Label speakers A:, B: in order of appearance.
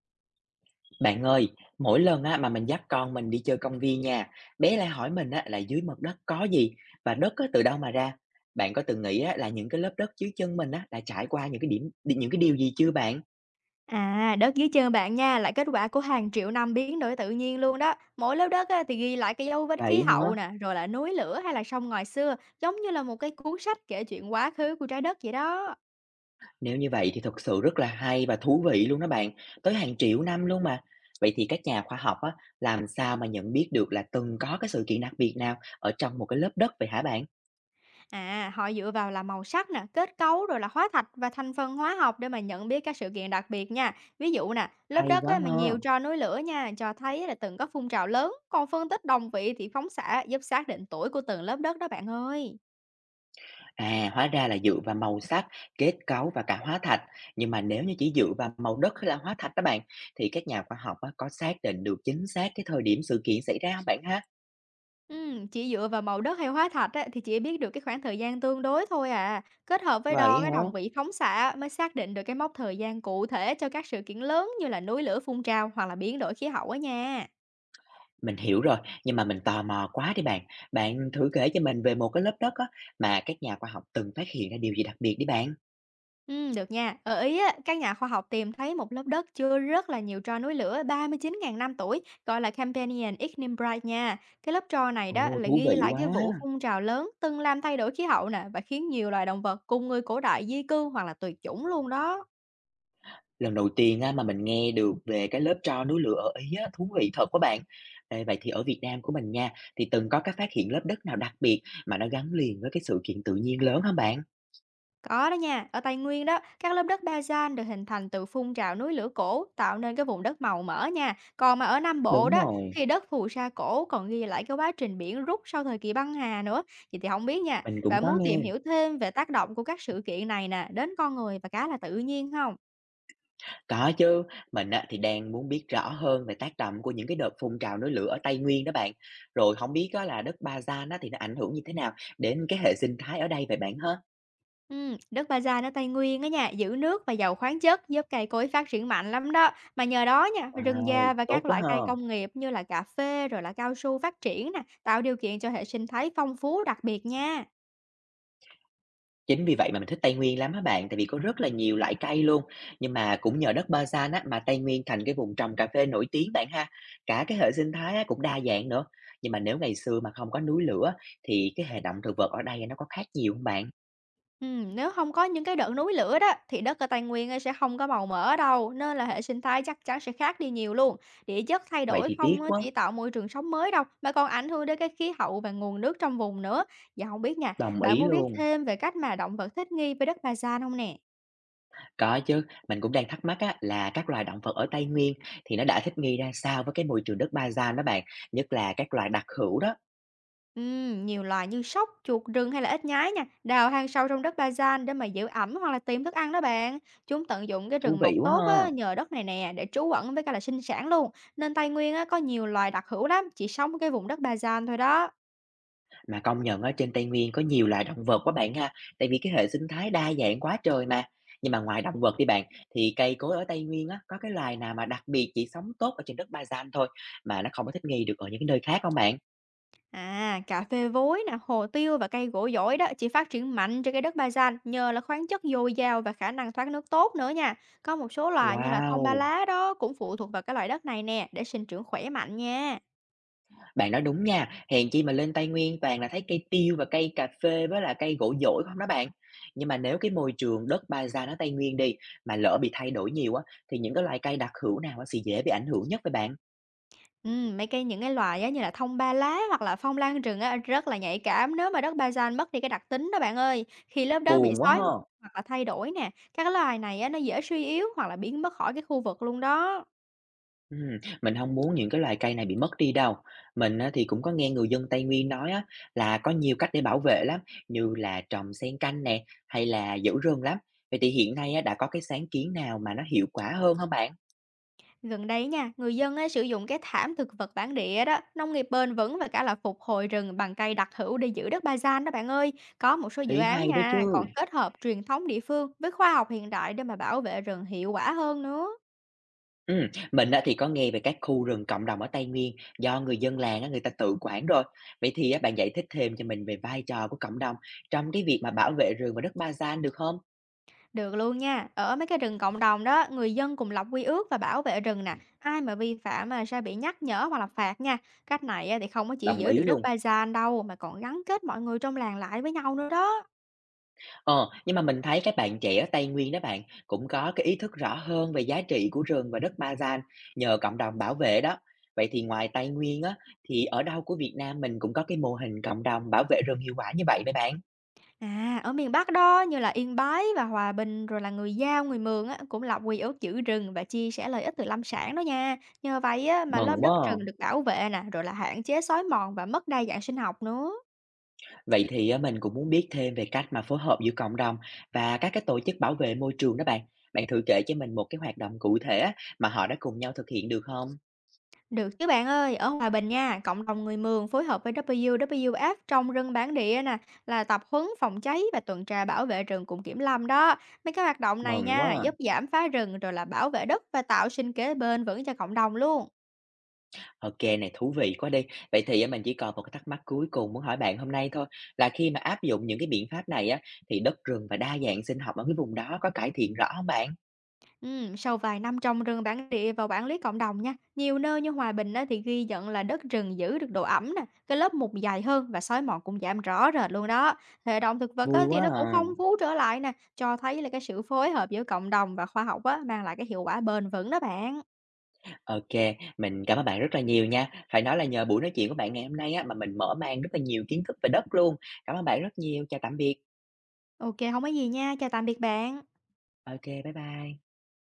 A: Bạn ơi, mỗi lần á, mà mình dắt con mình đi chơi công viên nha, bé lại hỏi mình á, là dưới mặt đất có gì và đất á, từ đâu mà ra. Bạn có từng nghĩ á, là những cái lớp đất dưới chân mình á, là trải qua những cái điều gì chưa bạn?
B: À, đất dưới chân bạn nha là kết quả của hàng triệu năm biến đổi tự nhiên luôn đó. Mỗi lớp đất á, thì ghi lại cái dấu vết khí
A: Vậy
B: hậu
A: hả?
B: nè, rồi là núi lửa hay là sông ngòi xưa, giống như là một cái cuốn sách kể chuyện quá khứ của trái đất vậy đó.
A: Nếu như vậy thì thật sự rất là hay và thú vị luôn đó bạn, tới hàng triệu năm luôn mà. Vậy thì các nhà khoa học á, làm sao mà nhận biết được là từng có cái sự kiện đặc biệt nào ở trong một cái lớp đất vậy hả bạn?
B: À, họ dựa vào là màu sắc nè, kết cấu rồi là hóa thạch và thành phần hóa học để mà nhận biết các sự kiện đặc biệt nha. Ví dụ nè, lớp
A: Hay
B: đất
A: quá
B: á, mà nhiều
A: ha.
B: tro núi lửa nha, cho thấy là từng có phun trào lớn, còn phân tích đồng vị thì phóng xạ giúp xác định tuổi của từng lớp đất đó bạn ơi.
A: À, hóa ra là dựa vào màu sắc, kết cấu và cả hóa thạch. Nhưng mà nếu như chỉ dựa vào màu đất hay là hóa thạch đó bạn, thì các nhà khoa học á, có xác định được chính xác cái thời điểm sự kiện xảy ra không bạn ha?
B: Chỉ dựa vào màu đất hay hóa thạch á, thì chỉ biết được cái khoảng thời gian tương đối thôi à. Kết hợp với
A: Vậy
B: đo cái
A: hả?
B: đồng vị phóng xạ mới xác định được cái mốc thời gian cụ thể cho các sự kiện lớn như là núi lửa phun trào hoặc là biến đổi khí hậu á nha.
A: Mình hiểu rồi, nhưng mà mình tò mò quá đi bạn. Bạn thử kể cho mình về một cái lớp đất á, mà các nhà khoa học từng phát hiện ra điều gì đặc biệt đi bạn.
B: Được nha. Ở Ý á, các nhà khoa học tìm thấy một lớp đất chứa rất là nhiều tro núi lửa 39.000 năm tuổi, gọi là Campanian Ignimbrite nha. Cái lớp tro này đó
A: Ồ,
B: là
A: thú
B: ghi
A: vị
B: lại
A: quá.
B: cái vụ phun trào lớn từng làm thay đổi khí hậu nè, và khiến nhiều loài động vật cùng người cổ đại di cư hoặc là tuyệt chủng luôn đó.
A: Lần đầu tiên á, mà mình nghe được về cái lớp tro núi lửa ở Ý á, thú vị thật quá bạn. Ê, vậy thì ở Việt Nam của mình nha, thì từng có các phát hiện lớp đất nào đặc biệt mà nó gắn liền với cái sự kiện tự nhiên lớn hả bạn?
B: Có đó nha, ở Tây Nguyên đó, các lớp đất bazan được hình thành từ phun trào núi lửa cổ, tạo nên cái vùng đất màu mỡ nha. Còn mà ở Nam Bộ
A: Đúng
B: đó,
A: rồi,
B: thì đất phù sa cổ còn ghi lại cái quá trình biển rút sau thời kỳ băng hà nữa. Vậy thì không biết nha,
A: mình cũng
B: bạn
A: có
B: muốn tìm
A: nghe.
B: hiểu thêm về tác động của các sự kiện này nè, đến con người và cá là tự nhiên không?
A: Có chứ, mình á, thì đang muốn biết rõ hơn về tác động của những cái đợt phun trào núi lửa ở Tây Nguyên đó bạn. Rồi không biết á, là đất Ba Gian á, thì nó ảnh hưởng như thế nào đến cái hệ sinh thái ở đây vậy bạn ha?
B: Đất Ba-gia nó Tây Nguyên á nha, giữ nước và giàu khoáng chất, giúp cây cối phát triển mạnh lắm đó. Mà nhờ đó nha, rừng
A: Wow,
B: già và
A: tốt
B: các
A: quá
B: loại cây
A: ha.
B: công nghiệp như là cà phê rồi là cao su phát triển nè, tạo điều kiện cho hệ sinh thái phong phú đặc biệt nha.
A: Chính vì vậy mà mình thích Tây Nguyên lắm á bạn, tại vì có rất là nhiều loại cây luôn. Nhưng mà cũng nhờ đất Ba Gian á, mà Tây Nguyên thành cái vùng trồng cà phê nổi tiếng bạn ha. Cả cái hệ sinh thái á, cũng đa dạng nữa. Nhưng mà nếu ngày xưa mà không có núi lửa thì cái hệ động thực vật ở đây nó có khác nhiều không bạn?
B: Nếu không có những cái đợt núi lửa đó thì đất ở Tây Nguyên á sẽ không có màu mỡ đâu, nên là hệ sinh thái chắc chắn sẽ khác đi nhiều luôn. Địa chất thay
A: Vậy
B: đổi
A: thì tiếc
B: không á
A: quá.
B: chỉ tạo môi trường sống mới đâu, mà còn ảnh hưởng đến cái khí hậu và nguồn nước trong vùng nữa. Dạ không biết nha,
A: Đồng
B: bạn
A: ý
B: muốn biết
A: luôn.
B: thêm về cách mà động vật thích nghi với đất Ba-gia không nè?
A: Có chứ, mình cũng đang thắc mắc á, là các loài động vật ở Tây Nguyên thì nó đã thích nghi ra sao với cái môi trường đất Ba Gian đó bạn, nhất là các loài đặc hữu đó.
B: Nhiều loài như sóc, chuột rừng hay là ếch nhái nha, đào hang sâu trong đất ba gian để mà giữ ẩm hoặc là tìm thức ăn đó bạn. Chúng tận dụng cái
A: Thú
B: rừng mọc
A: vị quá
B: tốt á,
A: ha.
B: nhờ đất này nè để trú ẩn với cả là sinh sản luôn. Nên Tây Nguyên á, có nhiều loài đặc hữu lắm, chỉ sống cái vùng đất ba gian thôi đó.
A: Mà công nhận ở trên Tây Nguyên có nhiều loài động vật quá bạn ha, tại vì cái hệ sinh thái đa dạng quá trời mà. Nhưng mà ngoài động vật đi bạn, thì cây cối ở Tây Nguyên á, có cái loài nào mà đặc biệt chỉ sống tốt ở trên đất Ba-gian thôi, mà nó không có thích nghi được ở những cái nơi khác không bạn?
B: À, cà phê vối nè, hồ tiêu và cây gỗ dổi đó chỉ phát triển mạnh trên cái đất ba gian nhờ là khoáng chất dồi dào và khả năng thoát nước tốt nữa nha. Có một số loài như là thông ba
A: Wow!
B: lá đó cũng phụ thuộc vào cái loại đất này nè để sinh trưởng khỏe mạnh nha.
A: Bạn nói đúng nha, hèn chi mà lên Tây Nguyên toàn là thấy cây tiêu và cây cà phê với là cây gỗ dỗi không đó bạn. Nhưng mà nếu cái môi trường đất Ba-gian ở Tây Nguyên đi, mà lỡ bị thay đổi nhiều á, thì những cái loài cây đặc hữu nào á sẽ dễ bị ảnh hưởng nhất với bạn?
B: Mấy cái những cái loài á như là thông ba lá hoặc là phong lan rừng á rất là nhạy cảm nếu mà đất bazan mất đi cái đặc tính đó bạn ơi. Khi lớp đất bị
A: Buồn quá
B: xói
A: ha!
B: hoặc là thay đổi nè, các cái loài này á nó dễ suy yếu hoặc là biến mất khỏi cái khu vực luôn đó.
A: Ừm, mình không muốn những cái loài cây này bị mất đi đâu. Mình á, thì cũng có nghe người dân Tây Nguyên nói á, là có nhiều cách để bảo vệ lắm, như là trồng xen canh nè, hay là giữ rừng lắm. Vậy thì hiện nay á, đã có cái sáng kiến nào mà nó hiệu quả hơn không bạn?
B: Gần đây nha, người dân á sử dụng cái thảm thực vật bản địa đó, nông nghiệp bền vững và cả là phục hồi rừng bằng cây đặc hữu để giữ đất bazan đó bạn ơi. Có một số dự
A: Ý
B: án
A: hay đó
B: nha,
A: chứ.
B: còn kết hợp truyền thống địa phương với khoa học hiện đại để mà bảo vệ rừng hiệu quả hơn nữa.
A: Mình á, thì có nghe về các khu rừng cộng đồng ở Tây Nguyên do người dân làng á, người ta tự quản rồi. Vậy thì á, bạn giải thích thêm cho mình về vai trò của cộng đồng trong cái việc mà bảo vệ rừng và đất ba gian được không?
B: Được luôn nha. Ở mấy cái rừng cộng đồng đó, người dân cùng lập quy ước và bảo vệ rừng nè. Ai mà vi phạm mà sẽ bị nhắc nhở hoặc là phạt nha. Cách này á thì không có chỉ
A: Đồng
B: giữ
A: ý
B: được đất
A: luôn.
B: Ba-gian đâu mà còn gắn kết mọi người trong làng lại với nhau nữa đó.
A: Ờ, nhưng mà mình thấy các bạn trẻ ở Tây Nguyên đó bạn, cũng có cái ý thức rõ hơn về giá trị của rừng và đất Amazon nhờ cộng đồng bảo vệ đó. Vậy thì ngoài Tây Nguyên á, thì ở đâu của Việt Nam mình cũng có cái mô hình cộng đồng bảo vệ rừng hiệu quả như vậy mấy bạn?
B: À, ở miền Bắc đó như là Yên Bái và Hòa Bình rồi là người Dao, người Mường á cũng lập quy ước giữ rừng và chia sẻ lợi ích từ lâm sản đó nha. Nhờ vậy á mà lớp
A: Mừng quá
B: đất
A: à.
B: rừng được bảo vệ nè, rồi là hạn chế xói mòn và mất đa dạng sinh học nữa.
A: Vậy thì á, mình cũng muốn biết thêm về cách mà phối hợp giữa cộng đồng và các cái tổ chức bảo vệ môi trường đó bạn. Bạn thử kể cho mình một cái hoạt động cụ thể á, mà họ đã cùng nhau thực hiện được không?
B: Được chứ bạn ơi, ở Hòa Bình nha, cộng đồng người Mường phối hợp với WWF trong rừng bản địa nè, là tập huấn phòng cháy và tuần tra bảo vệ rừng cùng kiểm lâm đó. Mấy cái hoạt động này
A: Mừng quá
B: nha,
A: à.
B: giúp giảm phá rừng rồi là bảo vệ đất và tạo sinh kế bền vững cho cộng đồng luôn.
A: OK này, thú vị quá đi. Vậy thì á, mình chỉ còn một cái thắc mắc cuối cùng muốn hỏi bạn hôm nay thôi, là khi mà áp dụng những cái biện pháp này á, thì đất rừng và đa dạng sinh học ở cái vùng đó có cải thiện rõ không bạn?
B: Sau vài năm trồng rừng bản địa và quản lý cộng đồng nha, nhiều nơi như Hòa Bình á, thì ghi nhận là đất rừng giữ được độ ẩm nè, cái lớp mục dày hơn và sói mòn cũng giảm rõ rệt luôn đó. Hệ động thực vật á,
A: Vui
B: thì
A: quá
B: nó cũng phong
A: à.
B: phú trở lại nè, cho thấy là cái sự phối hợp giữa cộng đồng và khoa học á, mang lại cái hiệu quả bền vững đó bạn.
A: Ô, mình cảm ơn bạn rất là nhiều nha. Phải nói là nhờ buổi nói chuyện của bạn ngày hôm nay á, mà mình mở mang rất là nhiều kiến thức về đất luôn. Cảm ơn bạn rất nhiều. Chào tạm biệt.
B: Ok, không có gì nha, chào tạm biệt bạn.
A: OK, bye bye.